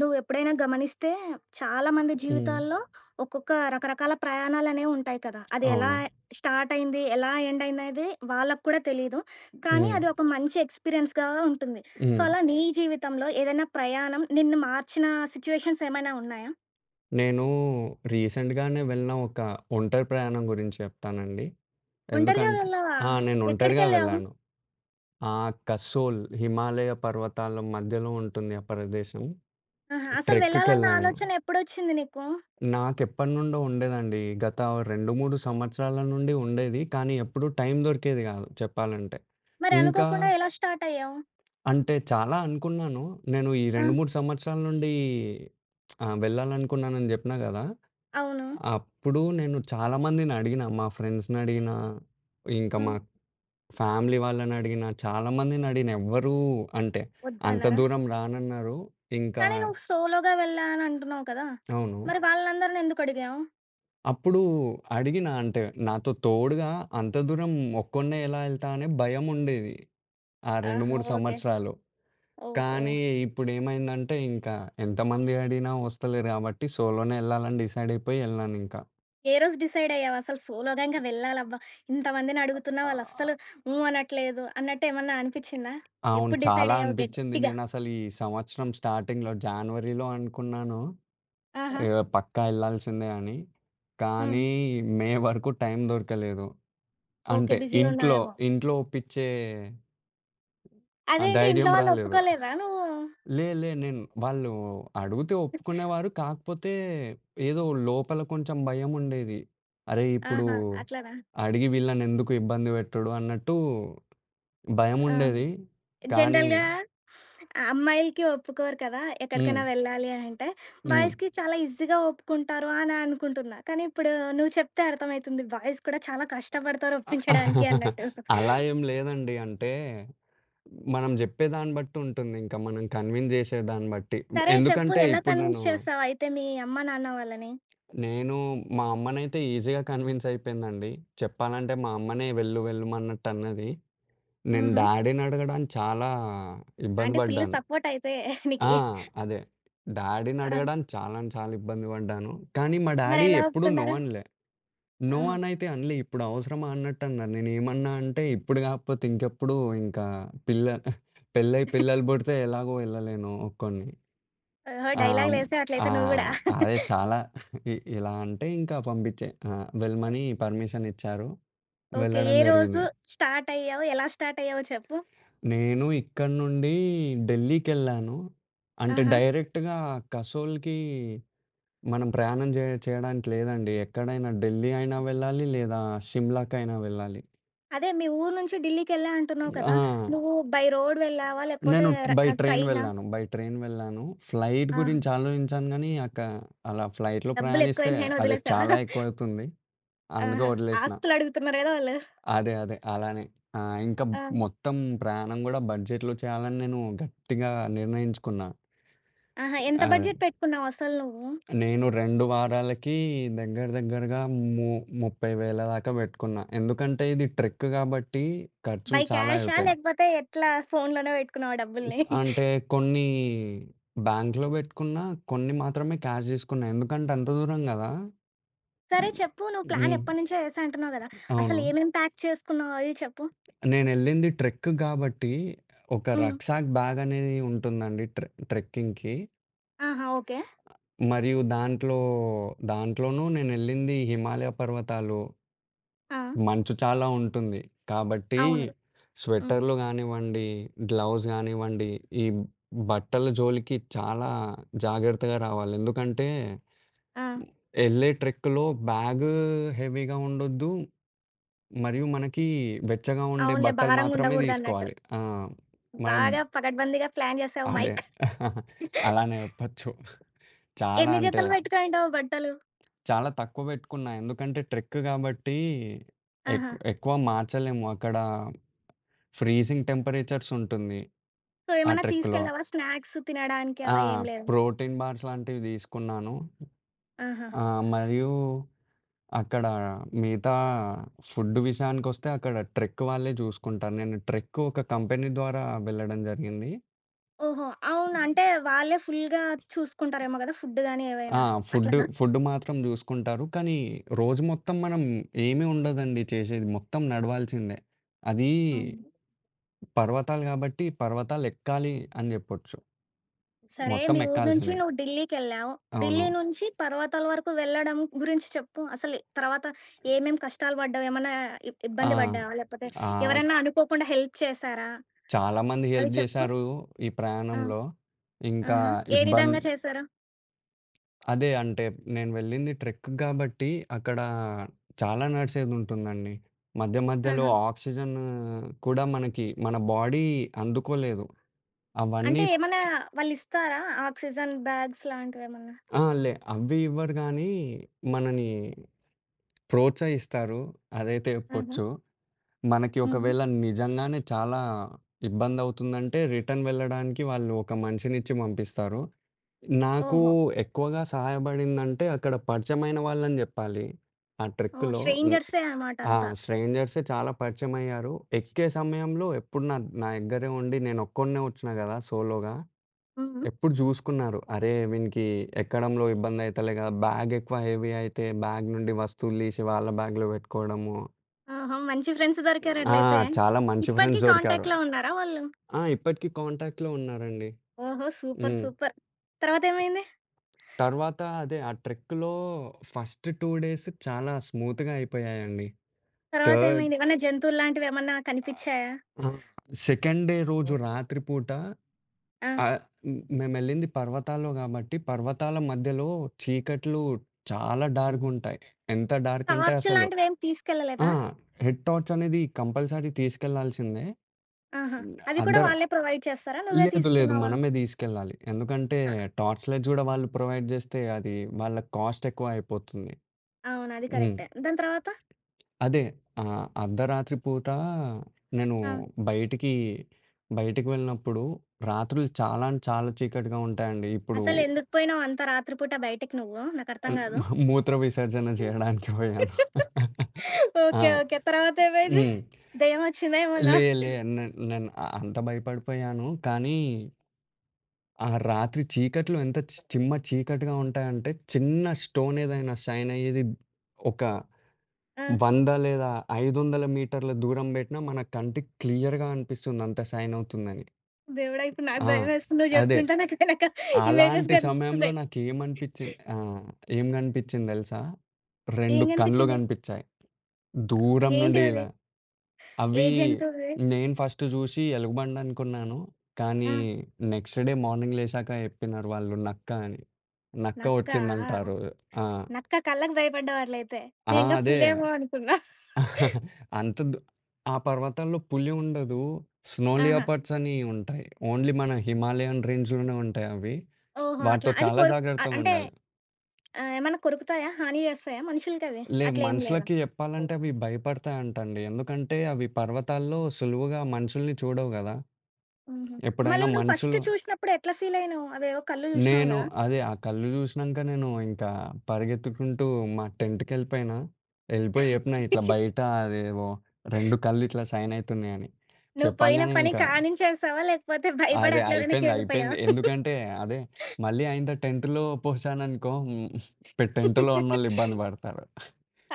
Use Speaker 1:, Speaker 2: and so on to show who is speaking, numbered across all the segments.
Speaker 1: నువ్వెప్పుడైనా గమనిస్తే చాలా మంది
Speaker 2: హ్మ్.
Speaker 1: జీవితాల్లో ఒక్కొక్క రకరకాల ప్రయాణాలనేవి ఉంటాయి కదా. అది ఎలా
Speaker 2: అవును.
Speaker 1: స్టార్ట్ అయింది, ఎలా ఎండ్ అయిందనేది వాళ్ళకి కూడా తెలీదు. కానీ
Speaker 2: హ్మ్.
Speaker 1: అది ఒక మంచి ఎక్స్‌పీరియన్స్‌గా ఉంటుంది. సో,
Speaker 2: హ్మ్.
Speaker 1: అలా నీ జీవితంలో ఏదైనా ప్రయాణం నిన్ను మార్చిన సిట్యుయేషన్స్ ఏమైనా ఉన్నాయా?
Speaker 2: నేను రీసెంట్‌గానే వెళ్ళిన ఒక ఒంటరి ప్రయాణం గురించి చెప్తానండి.
Speaker 1: ఒంటరిగా
Speaker 2: ఎందుకంటే.
Speaker 1: వెళ్ళావా?
Speaker 2: ఆ! నేను ఒంటరిగా
Speaker 1: ఎక్కడికెళ్ళావు?
Speaker 2: వెళ్ళాను. ఆ కసోల్ హిమాలయ పర్వతాల మధ్యలో ఉంటుంది ఆ ప్రదేశం.
Speaker 1: ఆహా! అసలు వెళ్ళాలన్న
Speaker 2: ట్రెక్‌కెళ్ళాను.
Speaker 1: ఆలోచన ఎప్పుడొచ్చింది నీకు?
Speaker 2: నాకెప్పటినుండో ఉండేదండి. గత 2, 3 సంవత్సరాల నుండి ఉండేది. కానీ ఎప్పుడూ టైం దొరికేది కాదు చెప్పాలంటే.
Speaker 1: మరి
Speaker 2: ఇంకా
Speaker 1: అనుకోకుండా ఎలా స్టార్ట్ అయ్యావు?
Speaker 2: అంటే చాలా అనుకున్నాను. నేను ఈ
Speaker 1: ఆ!
Speaker 2: 2, 3 సంవత్సరాల నుండి వెళ్ళాలనుకున్నానని చెప్పినా కదా!
Speaker 1: అవును.
Speaker 2: అప్పుడు నేను చాలామందిని అడిగినా, మా ఫ్రెండ్స్‌నడిగినా, ఇంకా మా
Speaker 1: హ్మ్.
Speaker 2: ఫ్యామిలీ వాళ్ళనడిగినా, చాలామందినడిగినా ఎవ్వరూ అంటే, అంత
Speaker 1: వద్దన్నారా?
Speaker 2: దూరం రానన్నారు. ఇంకా
Speaker 1: కానీ నువ్వు సోలోగా వెళ్ళా అని అంటున్నావు కదా!
Speaker 2: అవును.
Speaker 1: మరి వాళ్ళందరిని ఎందుకు అడిగావు?
Speaker 2: అప్పుడు అడిగినా అంటే, నాతో తోడుగా అంత దూరం ఒక్కడినే ఎలా ఎళ్తా అనే భయముండేది. ఆ 2,
Speaker 1: ఆహా!
Speaker 2: 3
Speaker 1: ఓకే.
Speaker 2: సంవత్సరాలు.
Speaker 1: ఓహో!
Speaker 2: కానీ ఇప్పుడేమైందంటే, ఇంకా ఎంతమంది అడిగినా వస్తలేరు కాబట్టి సోలోనే ఎళ్ళాలని డిసైడయిపోయి ఎళ్ళానింకా.
Speaker 1: ఏ రోజు డిసైడ్ అయ్యావు అసలు సోలోగా ఇంక వెళ్ళాలబ్బా! ఇంతమందిని అడుగుతున్నా
Speaker 2: ఆ!
Speaker 1: వాళ్ళస్సలు ఊ అనట్లేదు అన్నట్టు ఏమన్నా అనిపిచ్చిందా?
Speaker 2: అవును.
Speaker 1: ఎప్పుడు
Speaker 2: చాలా
Speaker 1: డిసైడ్ అయ్యావు
Speaker 2: అనిపిచ్చింది.
Speaker 1: గట్టిగా?
Speaker 2: నేనసలు ఈ సంవత్సరం స్టార్టింగ్‌లో జాన్వరిలో అనుకున్నాను.
Speaker 1: ఆహా!
Speaker 2: పక్కా ఎళ్ళాల్సిందే అని.
Speaker 1: హ్మ్.
Speaker 2: కానీ మే వరకు టైం దొరకలేదు.
Speaker 1: ఓకే.
Speaker 2: అంటే
Speaker 1: బిజీ
Speaker 2: ఇంట్లో,
Speaker 1: ఉన్నావేమో.
Speaker 2: ఇంట్లో ఒప్పించే ఆ
Speaker 1: అదేంటి
Speaker 2: ధైర్యం
Speaker 1: ఇంట్లో వాళ్ళు
Speaker 2: రాలేదు.
Speaker 1: ఒప్పుకోలేదా నువ్వు?
Speaker 2: లే లే నేను వాళ్ళు అడిగితే ఒప్పుకునేవారు. కాకపోతే ఏదో లోపల కొంచెం భయముండేది. అరే! ఇప్పుడు
Speaker 1: ఆహా! అట్లనా?
Speaker 2: అడిగి వీళ్ళనెందుకు ఇబ్బంది పెట్టడు అన్నట్టు
Speaker 1: ఆ!
Speaker 2: భయముండేది. కానీ,
Speaker 1: జనరల్‌గా ఆ అమ్మాయిలకి ఒప్పుకోరు కదా!
Speaker 2: హ్మ్.
Speaker 1: ఎక్కడికైనా వెళ్ళాలి అనంటే.
Speaker 2: హ్మ్.
Speaker 1: బాయ్స్‌కి చాలా ఈజీగా ఒప్పుకుంటారు అని అనుకుంటున్నా. కానీ ఇప్పుడు నువ్వు చెప్తే అర్థమైతుంది. బాయ్స్ కూడా చాలా కష్టపడతారు ఒప్పించడానికి
Speaker 2: అ
Speaker 1: అన్నట్టు.
Speaker 2: అలా ఏం లేదండి. అంటే మనం జెప్పే దాన్ని బట్టి ఉంటుంది. ఇంకా మనం కన్విన్స్ జేసే దాన్ని బట్టి.
Speaker 1: సరే చెప్పు
Speaker 2: ఎందుకంటే
Speaker 1: ఎలా
Speaker 2: ఇప్పుడు నేను,
Speaker 1: కన్విన్స్ చేస్తావు అయితే మీ అమ్మ, నాన్న వాళ్ళని?
Speaker 2: నేను మా అమ్మనైతే ఈజీగా కన్విన్స్ అయిపోయిందండి. చెప్పాలంటే మా అమ్మనే వెళ్ళు వెళ్ళమన్నట్టన్నది. నేను
Speaker 1: హుహు.
Speaker 2: డ్యాడీని అడగడానికి చాలా ఇబ్బంది
Speaker 1: అంటే ఫుల్
Speaker 2: పడ్డాను.
Speaker 1: సపోర్ట్ అయితే
Speaker 2: ఆ!
Speaker 1: నీకి.
Speaker 2: అదే. డ్యాడీని
Speaker 1: ఆ!
Speaker 2: అడగడానికి చాలా అంటే చాలా ఇబ్బంది పడ్డాను. కానీ మా డ్యాడీ
Speaker 1: మరెలా
Speaker 2: ఎప్పుడు నో
Speaker 1: ఒప్పుకున్నారు?
Speaker 2: అనలే. నో
Speaker 1: ఆహా!
Speaker 2: అనైతే అనలే. ఇప్పుడు అవసరమా అన్నట్టన్నా. నేనేమన్నా అంటే ఇప్పుడు గాకపోతే ఇంకెప్పుడు. ఇంకా పిల్ల పెళ్ళై పిల్లలు పుడితే ఎలాగో ఎళ్ళలేను ఒక్కోడిని.
Speaker 1: ఓహో!
Speaker 2: ఆహ్,
Speaker 1: డైలాగులేసావు అట్లయితే నువ్వు గూడా.
Speaker 2: ఆహ్, అదే చాలా ఇలా అంటే ఇంకా పంపిచ్చే వెళ్ళమని పర్మిషన్ ఇచ్చారు.
Speaker 1: ఓకే.
Speaker 2: వెళ్ళడం
Speaker 1: ఏ రోజు
Speaker 2: జరిగింది.
Speaker 1: స్టార్ట్ అయ్యావు? ఎలా స్టార్ట్ అయ్యావో చెప్పు?
Speaker 2: నేను ఇక్కడి నుండి ఢిల్లీకెళ్ళాను. అంటే
Speaker 1: ఆహా!
Speaker 2: డైరెక్ట్‌గా కసోల్‌కి మనం ప్రయాణం చేయడానికి లేదండి. ఎక్కడైనా ఢిల్లీ అయినా వెళ్ళాలి లేదా సిమ్లాకైనా వెళ్ళాలి.
Speaker 1: అదే మీ ఊరు నుంచి ఢిల్లీకెళ్ళా అంటున్నావు కదా!
Speaker 2: ఆ!
Speaker 1: నువ్వు బై రోడ్ వెళ్ళావా? లేకపోతే
Speaker 2: నేను బై ట్రైన్
Speaker 1: ట్రైనా?
Speaker 2: వెళ్ళాను. బై ట్రైన్ వెళ్ళాను. ఫ్లైట్
Speaker 1: ఆహా!
Speaker 2: గురించి ఆలోచించాను గానీ, అలా ఫ్లైట్‌లో ప్రయాణిస్తే
Speaker 1: డబ్బులెక్కువైనాయి అని
Speaker 2: అది
Speaker 1: వదిలేసావా?
Speaker 2: చాలా ఎక్కువవుతుంది. అందుకే
Speaker 1: ఆహా!
Speaker 2: వదిలేసిన.
Speaker 1: ఆస్తులడుగుతున్నారు కదా వాళ్ళు.
Speaker 2: అదే. అదే. అలానే. ఆ! ఇంకా
Speaker 1: ఆ!
Speaker 2: మొత్తం ప్రయాణం గూడా బడ్జెట్‌లో చేయాలని నేను గట్టిగా నిర్ణయించుకున్నా.
Speaker 1: ఆహా! ఎంత
Speaker 2: ఆహ్,
Speaker 1: బడ్జెట్ పెట్టుకున్నావు అసలు నువ్వు?
Speaker 2: నేను 2 వారాలకి దగ్గర దగ్గరగా ము 30,000 దాకా బెట్టుకున్నా. ఎందుకంటే ఇది ట్రెక్ గాబట్టి
Speaker 1: బై
Speaker 2: ఖర్చులు చాలా
Speaker 1: క్యాషా?
Speaker 2: అవుతాయి.
Speaker 1: లేకపోతే ఎట్లా ఫోన్‌లోనే పెట్టుకున్నావా డబ్బుల్ని?
Speaker 2: అంటే కొన్ని బ్యాంక్‌లో బెట్టుకున్నా, కొన్ని మాత్రమే క్యాష్ తీసుకున్నా. ఎందుకంటే అంత దూరం గదా!
Speaker 1: సరే చెప్పు నువ్వు ప్లాన్
Speaker 2: హ్మ్.
Speaker 1: ఎప్పటినుంచో ఏసా అంటున్నావు కదా! అసలు
Speaker 2: అవును.
Speaker 1: ఏమేం ప్యాక్ చేసుకున్నావు అది చెప్పు?
Speaker 2: నేనెళ్ళింది ట్రెక్ గాబట్టి, ఒక
Speaker 1: హ్మ్.
Speaker 2: రక్సాక్ బ్యాగ్ అనేది ఉంటుందండి ట్రెక్కింగ్‌కి.
Speaker 1: ఆహా! ఓకే.
Speaker 2: మరియు దాంట్లోనూ నేనెళ్ళింది హిమాలయ పర్వతాలు.
Speaker 1: ఆ!
Speaker 2: మంచు చాలా ఉంటుంది. కాబట్టి
Speaker 1: అవును. హ్మ్.
Speaker 2: స్వెటర్‌లు గానివ్వండి, గ్లౌస్ గానివ్వండి, ఈ బట్టల జోలికి చాలా జాగ్రత్తగా రావాలి. ఎందుకంటే
Speaker 1: ఆ!
Speaker 2: ఎళ్ళే ట్రెక్‌లో బ్యాగు హెవీగా ఉండొద్దు. మరియు మనకి వెచ్చగా ఉండే
Speaker 1: అవునులే
Speaker 2: బట్టలు మాత్రమే
Speaker 1: భారంగుండకూడదన్నట్టు.
Speaker 2: తీసుకోవాలి. ఆ! మనం
Speaker 1: బాగా పకడ్బందీగా ప్లాన్ చేసావు
Speaker 2: అదే.
Speaker 1: మైక్.
Speaker 2: అలానే చెప్పొచ్చు. చాలా
Speaker 1: ఎన్ని
Speaker 2: అంటే
Speaker 1: జతలు పెట్టుకొనింటావు బట్టలు?
Speaker 2: చాలా తక్కువ పెట్టుకున్నా. ఎందుకంటే ట్రెక్ కాబట్టి
Speaker 1: ఆహా!
Speaker 2: ఎక్కువ మార్చలేము. అక్కడ ఫ్రీజింగ్ టెంపరేచర్స్ ఉంటుంది
Speaker 1: సో,
Speaker 2: ఆ
Speaker 1: ఏమన్నా
Speaker 2: ట్రెక్‌లో.
Speaker 1: తీసుకెళ్ళావా స్నాక్స్ తినడానికి
Speaker 2: ఆ!
Speaker 1: అలా ఏం లేదా?
Speaker 2: ప్రోటీన్ బార్స్ లాంటివి తీసుకున్నాను.
Speaker 1: ఆహా!
Speaker 2: ఆ! మరియు అక్కడ మిగతా ఫుడ్ విషయానికొస్తే అక్కడ ట్రెక్ వాళ్ళే చూసుకుంటారు. నేను ట్రెక్ ఒక కంపెనీ ద్వారా వెళ్ళడం జరిగింది.
Speaker 1: ఓహో! అవును. అంటే వాళ్ళే ఫుల్‌గా చూసుకుంటారేమో గదా! ఫుడ్ గానీ
Speaker 2: ఆ!
Speaker 1: ఏవైనా.
Speaker 2: ఫుడ్,
Speaker 1: అట్లనా?
Speaker 2: ఫుడ్ మాత్రం చూసుకుంటారు. కానీ రోజు మొత్తం మనం ఏమి ఉండదండి చేసేది. మొత్తం నడవాల్సిందే. అది
Speaker 1: హ్మ్.
Speaker 2: పర్వతాలు కాబట్టి పర్వతాలు ఎక్కాలి అని చెప్పొచ్చు.
Speaker 1: సరే
Speaker 2: మొత్తం
Speaker 1: మీ ఊరు నుంచి
Speaker 2: ఎక్కాల్సిందే.
Speaker 1: నువ్వు ఢిల్లీకెళ్ళావు.
Speaker 2: అవును.
Speaker 1: ఢిల్లీ నుంచి పర్వతాల వరకు వెళ్ళడం గురించి చెప్పు. అసలు తర్వాత ఏమేం కష్టాలు పడ్డావు? ఏమన్నా
Speaker 2: ఆ!
Speaker 1: ఇబ్బంది పడ్డావా? లేకపోతే
Speaker 2: ఆ!
Speaker 1: ఎవరైనా అనుకోకుండా హెల్ప్ చేశారా?
Speaker 2: చాలామంది
Speaker 1: అవి
Speaker 2: హెల్ప్
Speaker 1: చెప్పు.
Speaker 2: చేశారు ఈ
Speaker 1: ఆ!
Speaker 2: ప్రయాణంలో. ఇంకా
Speaker 1: ఆహా! ఏ
Speaker 2: ఇబ్బం
Speaker 1: విధంగా చేశారు?
Speaker 2: అదే అంటే నేను వెళ్ళింది ట్రెక్ గాబట్టి, అక్కడ చాలా నడిసేదుంటుందండి. మధ్య మధ్యలో
Speaker 1: ఆహా!
Speaker 2: ఆక్సిజన్ కూడా మనకి మన బాడీ అందుకోలేదు. అవన్నీ
Speaker 1: అంటే ఏమన్నా వాళ్ళిస్తారా? Oxygen bags లాంటివేమన్నా?
Speaker 2: ఆ! అవి ఇవ్వరు గానీ, మనని ప్రోత్సహిస్తారు. అదైతే
Speaker 1: ఆహా!
Speaker 2: చెప్పొచ్చు. మనకి
Speaker 1: హుహు.
Speaker 2: ఒకవేళ నిజంగానే చాలా ఇబ్బందవుతుందంటే, రిటర్న్ వెళ్ళడానికి వాళ్ళు ఒక మనిషినిచ్చి పంపిస్తారు. నాకు
Speaker 1: ఓహో!
Speaker 2: ఎక్కువగా సహాయపడిందంటే అక్కడ పరిచయమైన వాళ్ళని జెప్పాలి. ఆ
Speaker 1: ఓహ్!
Speaker 2: ట్రెక్‌లో. హ్మ్.
Speaker 1: స్ట్రేంజర్సే అనమాట
Speaker 2: ఆ!
Speaker 1: అంతా.
Speaker 2: స్ట్రేంజర్సే చాలా పరిచయమయ్యారు. ఎక్కే సమయంలో ఎప్పుడు నా నా దగ్గరే ఉండి నేనొక్కడినే ఒచ్చిన గదా! సోలోగా.
Speaker 1: హ్మ్.
Speaker 2: ఎప్పుడు జూసుకున్నారు. అరే! వీనికి ఎక్కడంలో ఇబ్బంది అయితలే గదా! బ్యాగ్ ఎక్కువ హెవీ అయితే బ్యాగ్ నుండి వస్తువులు దీసి వాళ్ళ బ్యాగ్‌లో బెట్టుకోవడము.
Speaker 1: ఆహా! మంచి ఫ్రెండ్స్ దొరికారు
Speaker 2: ఆ!
Speaker 1: అట్లయితే.
Speaker 2: చాలా మంచి
Speaker 1: ఇప్పటికి
Speaker 2: ఫ్రెండ్స్ దొరికారు.
Speaker 1: కాంటాక్ట్‌లో ఉన్నారా వాళ్ళు?
Speaker 2: ఆ! ఇప్పటికి కాంటాక్ట్‌లో ఉన్నారండి.
Speaker 1: ఓహో! సూపర్.
Speaker 2: హ్మ్.
Speaker 1: సూపర్. తర్వాతేమైంది?
Speaker 2: తర్వాత అదే ఆ ట్రెక్‌లో ఫస్ట్ 2 డేస్ చాలా స్మూత్‌గా అయిపోయాయండి. థర్డ్
Speaker 1: తర్వాతేమైంది? ఏమన్నా జంతువులు లాంటివేమన్నా కనిపిచ్చాయా?
Speaker 2: ఆ! సెకండ్ డే రోజు రాత్రి పూట
Speaker 1: ఆ!
Speaker 2: ఆహ్, మేమెళ్ళింది పర్వతాల్లో గాబట్టి, పర్వతాల మధ్యలో చీకట్లు చాలా డార్క్‌గుంటాయి. ఎంత డార్క్ అంటే
Speaker 1: టార్చ్
Speaker 2: అసలు.
Speaker 1: లాంటివేం
Speaker 2: ఆ!
Speaker 1: తీసుకెళ్ళలేదా?
Speaker 2: హెడ్ టార్చ్ అనేది కంపల్సరీ తీసుకెళ్లాల్సిందే.
Speaker 1: ఆహా! అవి కూడా
Speaker 2: అదర్
Speaker 1: వాళ్ళే ప్రొవైడ్ చేస్తారా? నువ్వే
Speaker 2: లేదు. లేదు.
Speaker 1: తీసుకున్నావా?
Speaker 2: మనమే తీసుకెళ్ళాలి. ఎందుకంటే
Speaker 1: అ
Speaker 2: టార్చ్ లైట్స్ గూడా వాళ్ళు ప్రొవైడ్ జేస్తే అది వాళ్ళ కాస్ట్ ఎక్కువ అయిపోతుంది.
Speaker 1: అవును. అది
Speaker 2: హ్మ్.
Speaker 1: కరెక్టే. దాని తర్వాత?
Speaker 2: అదే. అర్ధరాత్రి పూట నేను
Speaker 1: ఆ!
Speaker 2: బయటికి, బయటికి వెళ్ళినప్పుడు రాత్రులు చాలా అంటే చాలా చీకటిగా ఉంటాయండి. ఇప్పుడు
Speaker 1: అసలెందుకు పోయినావు అంత రాత్రి పూట బయటికి నువ్వు? నాకర్థం
Speaker 2: అన్
Speaker 1: గాదు.
Speaker 2: మూత్ర విసర్జన చేయడానికి పోయాను. ఆ!
Speaker 1: ఓకే. ఓకే. తర్వాతేమైంది?
Speaker 2: హ్మ్.
Speaker 1: దెయ్యమొచ్చిందా ఏమన్నా?
Speaker 2: లే లే నే నేను అంత భయపడిపోయాను. కానీ ఆ రాత్రి చీకట్లు ఎంత చిమ్మ చీకటిగా ఉంటాయంటే చిన్న స్టోన్ ఏదైనా షైన్ అయ్యేది ఒక
Speaker 1: ఆ!
Speaker 2: 100 లేదా 500 మీటర్ల దూరం బెట్టినా మన కంటికి క్లియర్‌గా అనిపిస్తుంది అంత షైన్ అవుతుందని.
Speaker 1: దేవుడా! ఇప్పుడు నాకు
Speaker 2: ఆ!
Speaker 1: భయమేస్తుంది. నువ్వు
Speaker 2: అదే.
Speaker 1: జెప్తుంటే నాకు వెనక ఇమేజెస్
Speaker 2: అలాంటి సమయంలో
Speaker 1: కనిపిస్తున్నాయి.
Speaker 2: నాకేమనిపిచ్చింది ఏం గనిపిచ్చింది దెలుసా? 2
Speaker 1: ఏం
Speaker 2: కళ్ళు
Speaker 1: గనిపిచ్చింది?
Speaker 2: గనిపిచ్చాయి. దూరం నుండి
Speaker 1: ఏంటిదది?
Speaker 2: ఇలా.
Speaker 1: ఏ
Speaker 2: అవి
Speaker 1: జంతువుది?
Speaker 2: నేను ఫస్ట్ జూసి ఎలుగుబంటి అనుకున్నాను.
Speaker 1: ఆ!
Speaker 2: కానీ నెక్స్ట్ డే మార్నింగ్ లేచాక జెప్పినారు వాళ్ళు నక్క అని. నక్క
Speaker 1: నక్కా?
Speaker 2: ఒచ్చిందంట ఆ రోజు. ఆ!
Speaker 1: నక్క కళ్ళకి భయపడ్డావు అట్లయితే.
Speaker 2: ఆ!
Speaker 1: నేనింకా
Speaker 2: అదే.
Speaker 1: పులేమో అనుకున్నా.
Speaker 2: అంత ఆ పర్వతాల్లో పులి ఉండదు. స్నో
Speaker 1: ఆహా!
Speaker 2: లియోపార్డ్స్ అని ఉంటాయి. ఓన్లీ మన హిమాలయన్ రేంజ్‌లోనే ఉంటాయి అవి.
Speaker 1: ఓహో! అట్లా.
Speaker 2: వాటితో
Speaker 1: అవి
Speaker 2: చాలా
Speaker 1: కొరు అంటే
Speaker 2: జాగ్రత్తగుండాలి.
Speaker 1: ఆహ్, ఏమన్నా కొరుకుతాయా? హాని జేస్తాయా మనుషులకవి? అట్లేం లేదా?
Speaker 2: మనుషులకి చెప్పాలంటే అవి భయపడతాయంటండి. ఎందుకంటే అవి పర్వతాల్లో సులువుగా మనుషుల్ని చూడవు గదా!
Speaker 1: హుహు.
Speaker 2: ఎప్పుడైనా
Speaker 1: మళ్ళీ నువ్వు ఫస్ట్
Speaker 2: మనుషులు.
Speaker 1: చూసినప్పుడు ఎట్లా ఫీలయినవు? అవేవో కళ్ళు జూసినావు
Speaker 2: నేను
Speaker 1: గదా!
Speaker 2: అదే ఆ కళ్ళు జూసినంక నేను ఇంకా పరిగెత్తుకుంటూ మా టెంట్‌కెళ్ళిపోయినా. ఎళ్ళిపోయి జెప్పిన ఇట్లా బయట అదేవో 2 కళ్ళు ఇట్లా షైన్ అయితున్నాయని.
Speaker 1: నువ్వు పోయిన
Speaker 2: చెప్పంగానే
Speaker 1: పని
Speaker 2: ఇంకా
Speaker 1: కానించేసావా? లేకపోతే భయపడి
Speaker 2: అదే.
Speaker 1: అట్లా వెనక్కి
Speaker 2: అయిపోయింది. అయిపోయింది.
Speaker 1: వెళ్ళిపోయావా?
Speaker 2: ఎందుకంటే అదే మళ్ళీ ఆయనతో టెంట్‌లో పోశాననుకో. హ్మ్. టెంట్‌లో ఉన్నోళ్ళు ఇబ్బంది పడతారు.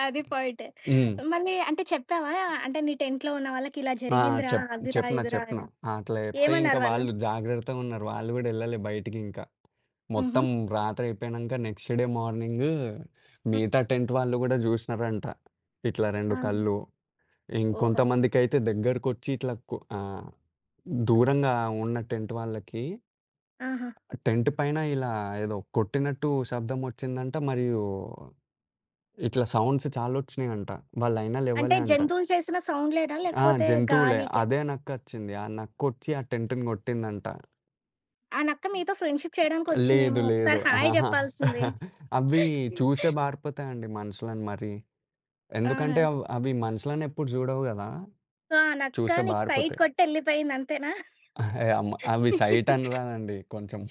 Speaker 1: అది పాయింట్.
Speaker 2: హ్మ్.
Speaker 1: మళ్ళీ అంటే చెప్పావా? అంటే నీ 10th ఉన్న వాళ్ళకి ఇలా
Speaker 2: ఆ!
Speaker 1: జరిగిందిరా,
Speaker 2: చెప్
Speaker 1: అదిరా,
Speaker 2: చెప్పిన.
Speaker 1: ఇదిరా
Speaker 2: చెప్పిన.
Speaker 1: అని.
Speaker 2: ఆ, అట్లా చెప్తే ఇంక
Speaker 1: ఏమన్నారు వాళ్ళు?
Speaker 2: వాళ్ళు జాగ్రత్తగా ఉన్నారు. వాళ్ళు గూడా ఎళ్ళలే బయటికింకా.
Speaker 1: హుహు.
Speaker 2: మొత్తం రాత్రి అయిపోయినంక నెక్స్ట్ డే మార్నింగ్
Speaker 1: హ్మ్.
Speaker 2: మిగతా టెంట్ వాళ్ళు గూడా జూసినారంట. ఇట్లా 2
Speaker 1: ఆహా!
Speaker 2: కళ్ళు.
Speaker 1: ఓహో!
Speaker 2: ఇంకొంతమందికైతే దగ్గరకొచ్చి ఇట్లా దూరంగా ఉన్న టెంట్ వాళ్ళకి
Speaker 1: ఆహా!
Speaker 2: టెంట్ పైన ఇలా ఏదో కొట్టినట్టు శబ్దం ఒచ్చిందంట. మరియు ఇట్లా సౌండ్స్ చాలా ఒచ్చినాయంట. వాళ్ళయినా
Speaker 1: అంటే
Speaker 2: లెవ్వలే అంట.
Speaker 1: జంతువులు చేసిన సౌండ్‌లేనా?
Speaker 2: ఆ!
Speaker 1: లేకపోతే
Speaker 2: జంతువులే.
Speaker 1: గాలికా?
Speaker 2: అదే నక్కొచ్చింది. ఆ నక్కొచ్చి ఆ టెంట్‌ని గొట్టిందంట.
Speaker 1: ఆ నక్క మీతో ఫ్రెండ్‌షిప్
Speaker 2: లేదు.
Speaker 1: చేయడానికొచ్చిందేమో!
Speaker 2: లేదు.
Speaker 1: ఒకసారి హాయ్
Speaker 2: అహహా!
Speaker 1: జెప్పాల్సింది.
Speaker 2: అవి చూస్తే బారిపోతాయండి మనుషులని మరి.
Speaker 1: ఆహా!
Speaker 2: ఎందుకంటే అవి మనుషులని ఎప్పుడు జూడవు గదా!
Speaker 1: సో, ఆ నక్క
Speaker 2: చూస్తే
Speaker 1: నీకు సైట్
Speaker 2: బారిపోతాయి.
Speaker 1: కొట్టెళ్ళిపోయింది అంతేనా?
Speaker 2: అమ్మ అవి సైట్ అని రాదండి కొంచెం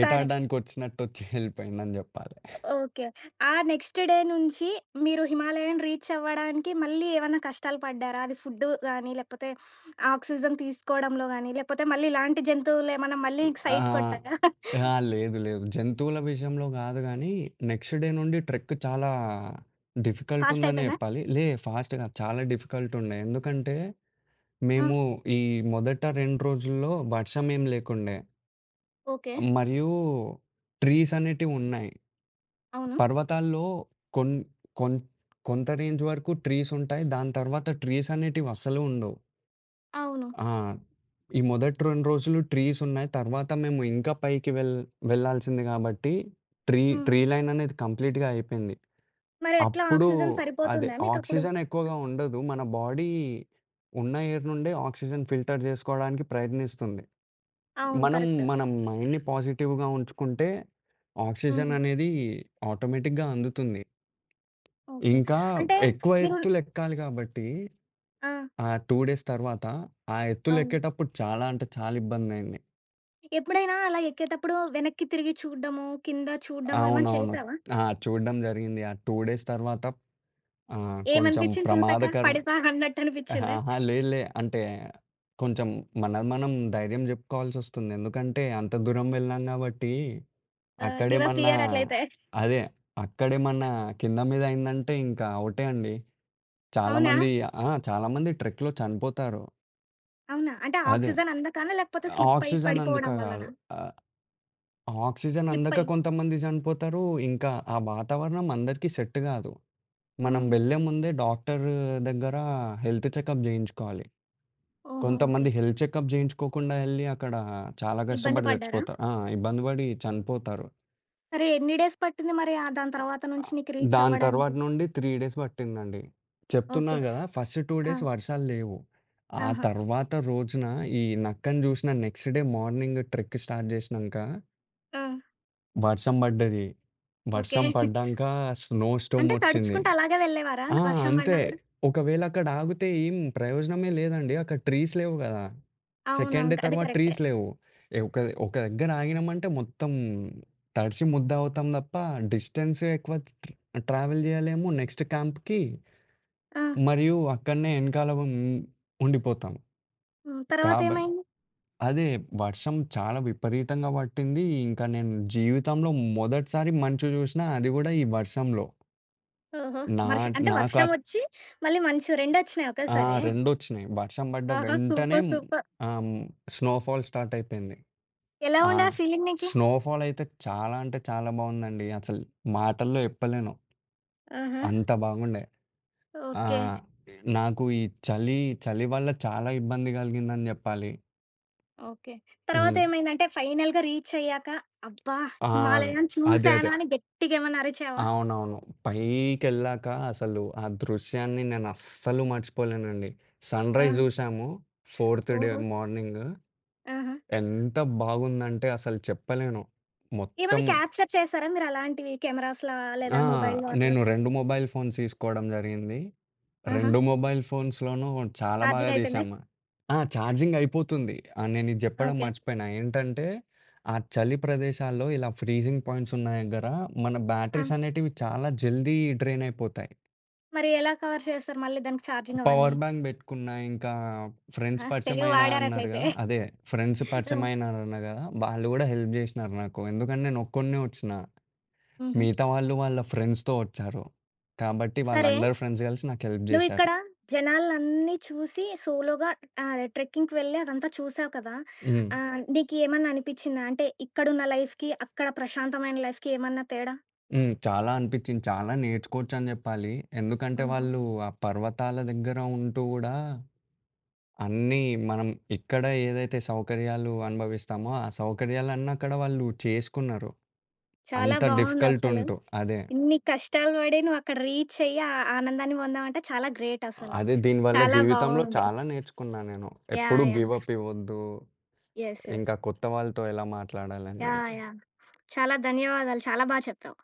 Speaker 1: సరే.
Speaker 2: ఎళ్ళిపోయిందని జెప్పాలి.
Speaker 1: ఓకే. ఆ నెక్స్ట్ డే నుంచి మీరు హిమాలయన్ రీచ్ అవ్వడానికి మళ్ళీ ఏమన్నా కష్టాలు పడ్డారా? అది ఫుడ్ గాని, లేకపోతే ఆక్సిజన్ తీసుకోవడంలో గాని, లేకపోతే మళ్ళీ ఇలాంటి జంతువులేమన్నా మళ్ళీ నీకు సైట్
Speaker 2: ఆహ్,
Speaker 1: కొట్టాయా?
Speaker 2: అహా! లేదు. లేదు. జంతువుల విషయంలో గాదు గానీ, నెక్స్ట్ డే నుండి ట్రెక్ చాలా డిఫికల్ట్
Speaker 1: ఫాస్ట్
Speaker 2: ఉందనే
Speaker 1: అయిపోయిందా?
Speaker 2: జెప్పాలి. ఫాస్ట్ గాదు. చాలా డిఫికల్ట్ ఉండే. ఎందుకంటే,
Speaker 1: ఆ!
Speaker 2: మేము ఈ మొదట 2 రోజుల్లో వర్షం ఏం లేకుండే.
Speaker 1: ఓకే.
Speaker 2: మరియు ట్రీస్ అనేటివున్నాయి.
Speaker 1: అవును.
Speaker 2: పర్వతాల్లో కొన్ కొన్ కొంత రేంజ్ వరకు ట్రీసుంటాయి. దాని తర్వాత ట్రీస్ అనేటివి అస్సలు ఉండవు.
Speaker 1: అవును.
Speaker 2: ఆ! ఈ మొదటి 2 రోజులు ట్రీస్ ఉన్నాయి. తర్వాత మేము ఇంకా పైకి వెళ్ళాల్సింది కాబట్టి
Speaker 1: హ్మ్.
Speaker 2: ట్రీ లైన్ అనేది కంప్లీట్‌గా అయిపోయింది.
Speaker 1: మరి ఎట్లా
Speaker 2: అప్పుడు
Speaker 1: ఆక్సిజన్
Speaker 2: అదే
Speaker 1: సరిపోతుందా మీకప్పుడు?
Speaker 2: ఆక్సిజన్ ఎక్కువగా ఉండదు. మన బాడీ ఉన్న ఎయిర్ నుండే ఆక్సిజన్ ఫిల్టర్ చేసుకోవడానికి ప్రయత్నిస్తుంది.
Speaker 1: అవును.
Speaker 2: మనం
Speaker 1: కరెక్ట్.
Speaker 2: మనం మైండ్‌ని పాజిటివ్‌గా ఉంచుకుంటే ఆక్సిజన్
Speaker 1: హ్మ్.
Speaker 2: అనేది ఆటోమేటిక్‌గా అందుతుంది.
Speaker 1: ఓకే.
Speaker 2: ఇంకా
Speaker 1: అంటే
Speaker 2: ఎక్కువ
Speaker 1: మీరు
Speaker 2: ఎత్తులు ఎక్కాలి కాబట్టి,
Speaker 1: ఆ!
Speaker 2: ఆ 2 డేస్ తర్వాత ఆ
Speaker 1: అవును.
Speaker 2: ఎత్తులెక్కేటప్పుడు చాలా అంటే చాలా ఇబ్బందయింది.
Speaker 1: ఎప్పుడైనా అలా ఎక్కేతప్పుడు వెనక్కి తిరిగి చూడడము, కింద చూడడము ఏమన్నా
Speaker 2: అవునవును.
Speaker 1: చేశావా?
Speaker 2: ఆ! చూడడం జరిగింది. ఆ 2 డేస్ తర్వాత కొంచెం
Speaker 1: ఏమనిపించింది చూసాక?
Speaker 2: ప్రమాదకరం.
Speaker 1: పడేసా అన్నట్టు అనిపించిందా?
Speaker 2: అహా! లేదు లే. అంటే కొంచెం మనది మనం ధైర్యం చెప్పుకోవాల్సొస్తుంది. ఎందుకంటే అంత దూరం వెళ్ళాం కాబట్టి
Speaker 1: ఆహ్, గివ్ అప్
Speaker 2: అక్కడేమన్నా
Speaker 1: హియర్ అట్లయితే.
Speaker 2: అదే. అక్కడేమన్నా కింద మీద అయిందంటే ఇంకా ఔటే అండి.
Speaker 1: అవునా?
Speaker 2: చాలామంది ఆ! చాలామంది ట్రెక్‌లో చనిపోతారు.
Speaker 1: అవునా? అంటే
Speaker 2: అదే.
Speaker 1: ఆక్సిజన్ అందకనా? లేకపోతే స్లిప్ అయ్యి
Speaker 2: ఆక్సిజన్ అందుక
Speaker 1: పడిపోవడం
Speaker 2: గాదు.
Speaker 1: వల్లనా?
Speaker 2: ఆహ్, ఆక్సిజన్
Speaker 1: స్లిప్
Speaker 2: అందక
Speaker 1: అయ్యి.
Speaker 2: కొంతమంది చనిపోతారు. ఇంకా ఆ వాతావరణం అందరికీ సెట్ గాదు. మనం
Speaker 1: హుహు.
Speaker 2: వెళ్ళే ముందే డాక్టర్ దగ్గర హెల్త్ చెకప్ జేయించుకోవాలి.
Speaker 1: ఓహో! ఓకే.
Speaker 2: కొంతమంది హెల్త్ చెకప్ జేయించుకోకుండా ఎళ్లి అక్కడ చాలా
Speaker 1: ఇబ్బంది
Speaker 2: కష్టపడి
Speaker 1: పడ్డారా?
Speaker 2: చచ్చిపోతారు. ఆ! ఇబ్బంది పడి చనిపోతారు.
Speaker 1: సరే ఎన్ని డేస్ పట్టింది మరి ఆహ్, దాని తర్వాత నుంచి
Speaker 2: ఆహ్,
Speaker 1: నీకు రీచ్
Speaker 2: దాని తర్వాత
Speaker 1: అవ్వడానికి?
Speaker 2: నుండి 3 డేస్ పట్టిందండి. చెప్తున్నా
Speaker 1: ఓకే.
Speaker 2: గదా! ఫస్ట్ 2
Speaker 1: ఆ!
Speaker 2: డేస్ వర్షాలు లేవు. ఆ
Speaker 1: ఆహా!
Speaker 2: తర్వాత రోజున ఈ నక్కని జూసిన next day morning trek start జేసినంక
Speaker 1: ఆ!
Speaker 2: వర్షం బడ్డది.
Speaker 1: ఓకే.
Speaker 2: వర్షం పడ్డాంక స్నో
Speaker 1: అంటే
Speaker 2: స్టోమొచ్చింది.
Speaker 1: తడుచుకుంటూ అలాగే వెళ్ళేవారా?
Speaker 2: ఆ!
Speaker 1: వర్షం
Speaker 2: అంతే.
Speaker 1: పడినా గూడా?
Speaker 2: ఒకవేళ అక్కడ ఆగితే ఏం ప్రయోజనమే లేదండి. అక్కడ ట్రీస్ లేవు గదా! సెకండ్ డే
Speaker 1: అవునవును. అది
Speaker 2: తర్వాత
Speaker 1: కరెక్టే.
Speaker 2: ట్రీస్ లేవు. ఏ ఒక ఒక దగ్గర ఆగినమంటే మొత్తం తడిసి ముద్దవుతాం తప్ప డిస్టెన్స్ ఎక్కువ ట్రావెల్ జేయలేము. నెక్స్ట్ క్యాంప్‌కి
Speaker 1: ఆ!
Speaker 2: మరియు అక్కడనే ఎనకాల ఉండిపోతాం.
Speaker 1: హ్మ్.
Speaker 2: కాబ
Speaker 1: తర్వాతేమైంది?
Speaker 2: అదే. వర్షం చాలా విపరీతంగా పట్టింది. ఇంకా నేను జీవితంలో మొదటిసారి మంచు చూసినా అది గూడా ఈ వర్షంలో.
Speaker 1: ఓహో!
Speaker 2: నా నాకు
Speaker 1: వర్షం ఒచ్చి మళ్ళీ మంచు రెండొచ్చినాయా
Speaker 2: ఆ!
Speaker 1: ఒకేసారే?
Speaker 2: రెండొచ్చినాయి. వర్షం పడ్డ
Speaker 1: ఆహా!
Speaker 2: వెంటనే
Speaker 1: సూపర్. సూపర్.
Speaker 2: ఆహ్, స్నోఫాల్ స్టార్ట్ అయిపోయింది.
Speaker 1: ఎలా
Speaker 2: ఆ!
Speaker 1: ఉండే ఆ ఫీలింగ్ నీకి?
Speaker 2: స్నోఫాల్ అయితే చాలా అంటే చాలా బావుందండి. అసలు మాటల్లో చెప్పలేను.
Speaker 1: ఆహా!
Speaker 2: అంత బాగుండే. ఆ!
Speaker 1: ఓకే.
Speaker 2: నాకు ఈ చలి, చలి వల్ల చాలా ఇబ్బంది కలిగిందని జెప్పాలి.
Speaker 1: ఓకే. తర్వాత
Speaker 2: హ్మ్.
Speaker 1: ఏమైందంటే ఫైనల్‌గా రీచ్ అయ్యాక అబ్బా!
Speaker 2: ఆర్
Speaker 1: హిమాలయం
Speaker 2: అదే. అదే.
Speaker 1: చూసాను అని గట్టిగా ఏమన్నా అరిచావా?
Speaker 2: అవునవును. పైకెళ్ళాక అసలు ఆ దృశ్యాన్ని నేను అస్సలు మర్చిపోలేనండి.
Speaker 1: ఆ!
Speaker 2: సన్‌రైజ్ జూసాము. ఫోర్త్ డే
Speaker 1: ఓహో!
Speaker 2: మార్నింగ్.
Speaker 1: ఆహా!
Speaker 2: ఎంత బాగుందంటే అసలు చెప్పలేను. మొత్తం
Speaker 1: ఏమన్నా క్యాప్చర్ చేసారా మీరు అలాంటివి కెమెరాస్‌లా
Speaker 2: ఆ!
Speaker 1: లేదా మొబైల్‌లో అట్లా?
Speaker 2: నేను 2 మొబైల్ ఫోన్స్ తీసుకోవడం జరిగింది.
Speaker 1: ఆహా!
Speaker 2: 2 మొబైల్ ఫోన్స్‌లోనూ చాలా బాగా
Speaker 1: ఛార్జింగ్ అయిపోయిందా?
Speaker 2: తీసాము. ఆ! ఛార్జింగ్ అయిపోతుంది. ఆ! నేనిది జెప్పడం
Speaker 1: ఓకే.
Speaker 2: మర్చిపోయినా. ఏంటంటే, ఆ చలి ప్రదేశాల్లో ఇలా ఫ్రీజింగ్ పాయింట్స్ ఉన్న దగ్గర మన
Speaker 1: ఆ!
Speaker 2: బ్యాటరీస్ అనేటివి చాలా జల్దీ డ్రైన్ అయిపోతాయి.
Speaker 1: మరి ఎలా కవర్ చేసారు మళ్ళీ దానికి ఛార్జింగ్
Speaker 2: పవర్
Speaker 1: అవన్నీ?
Speaker 2: బ్యాంక్ బెట్టుకున్నా. ఇంకా ఫ్రెండ్స్
Speaker 1: ఆహా! తెలివి
Speaker 2: పరిచయమైనా అన్నారు
Speaker 1: వాడారట్లయితే.
Speaker 2: గదా! అదే ఫ్రెండ్స్
Speaker 1: హ్మ్.
Speaker 2: పరిచయమైనారన్నా గదా! వాళ్ళు గూడా హెల్ప్ జేసినారు నాకు. ఎందుకంటే నేనొక్కడినే ఒచ్చిన.
Speaker 1: హుహు.
Speaker 2: మిగతా వాళ్ళు వాళ్ళ ఫ్రెండ్స్‌తో ఒచ్చారు. కాబట్టి
Speaker 1: సరే
Speaker 2: వాళ్ళందరూ ఫ్రెండ్స్ గలిసి నాకు హెల్ప్ జేశారు.
Speaker 1: నువ్విక్కడ జనాలన్నీ చూసి సోలోగా అదే ట్రెక్కింగ్‌కి వెళ్ళి అదంతా చూసావు కదా!
Speaker 2: హ్మ్.
Speaker 1: ఆహ్, నీకేమన్నా అనిపిచ్చిందా? అంటే ఇక్కడున్న లైఫ్‌కి, అక్కడ ప్రశాంతమైన లైఫ్‌కి ఏమన్నా తేడా?
Speaker 2: హ్మ్. చాలా అనిపిచ్చింది. చాలా నేర్చుకోవచ్చని జెప్పాలి. ఎందుకంటే
Speaker 1: ఆహా!
Speaker 2: వాళ్ళు ఆ పర్వతాల దగ్గర ఉంటూ గూడా అన్నీ మనం ఇక్కడ ఏదైతే సౌకర్యాలు అనుభవిస్తామో, ఆ సౌకర్యాలన్నీ అక్కడ వాళ్ళు చేసుకున్నారు.
Speaker 1: చాలా
Speaker 2: అంత డిఫికల్ట్
Speaker 1: బావుందసలు.
Speaker 2: ఉంటూ. అదే.
Speaker 1: ఇన్ని కష్టాలు పడి నువ్వక్కడ రీచ్ అయ్యి, ఆ ఆనందాన్ని పొందావంటే చాలా గ్రేట్ అసలు.
Speaker 2: అదే దీనివల్ల
Speaker 1: చాలా
Speaker 2: జీవితంలో
Speaker 1: బావుంది.
Speaker 2: చాలా నేర్చుకున్నా నేను. ఎప్పుడు
Speaker 1: యాహ్! యాహ్!
Speaker 2: గివ్ అప్ ఇవ్వద్దు.
Speaker 1: యెస్. యెస్.
Speaker 2: ఇంకా కొత్త వాళ్ళతో ఎలా మాట్లాడాలనేది.
Speaker 1: యాహ్! యాహ్! చాలా ధన్యవాదాలు. చాలా చెప్పావు.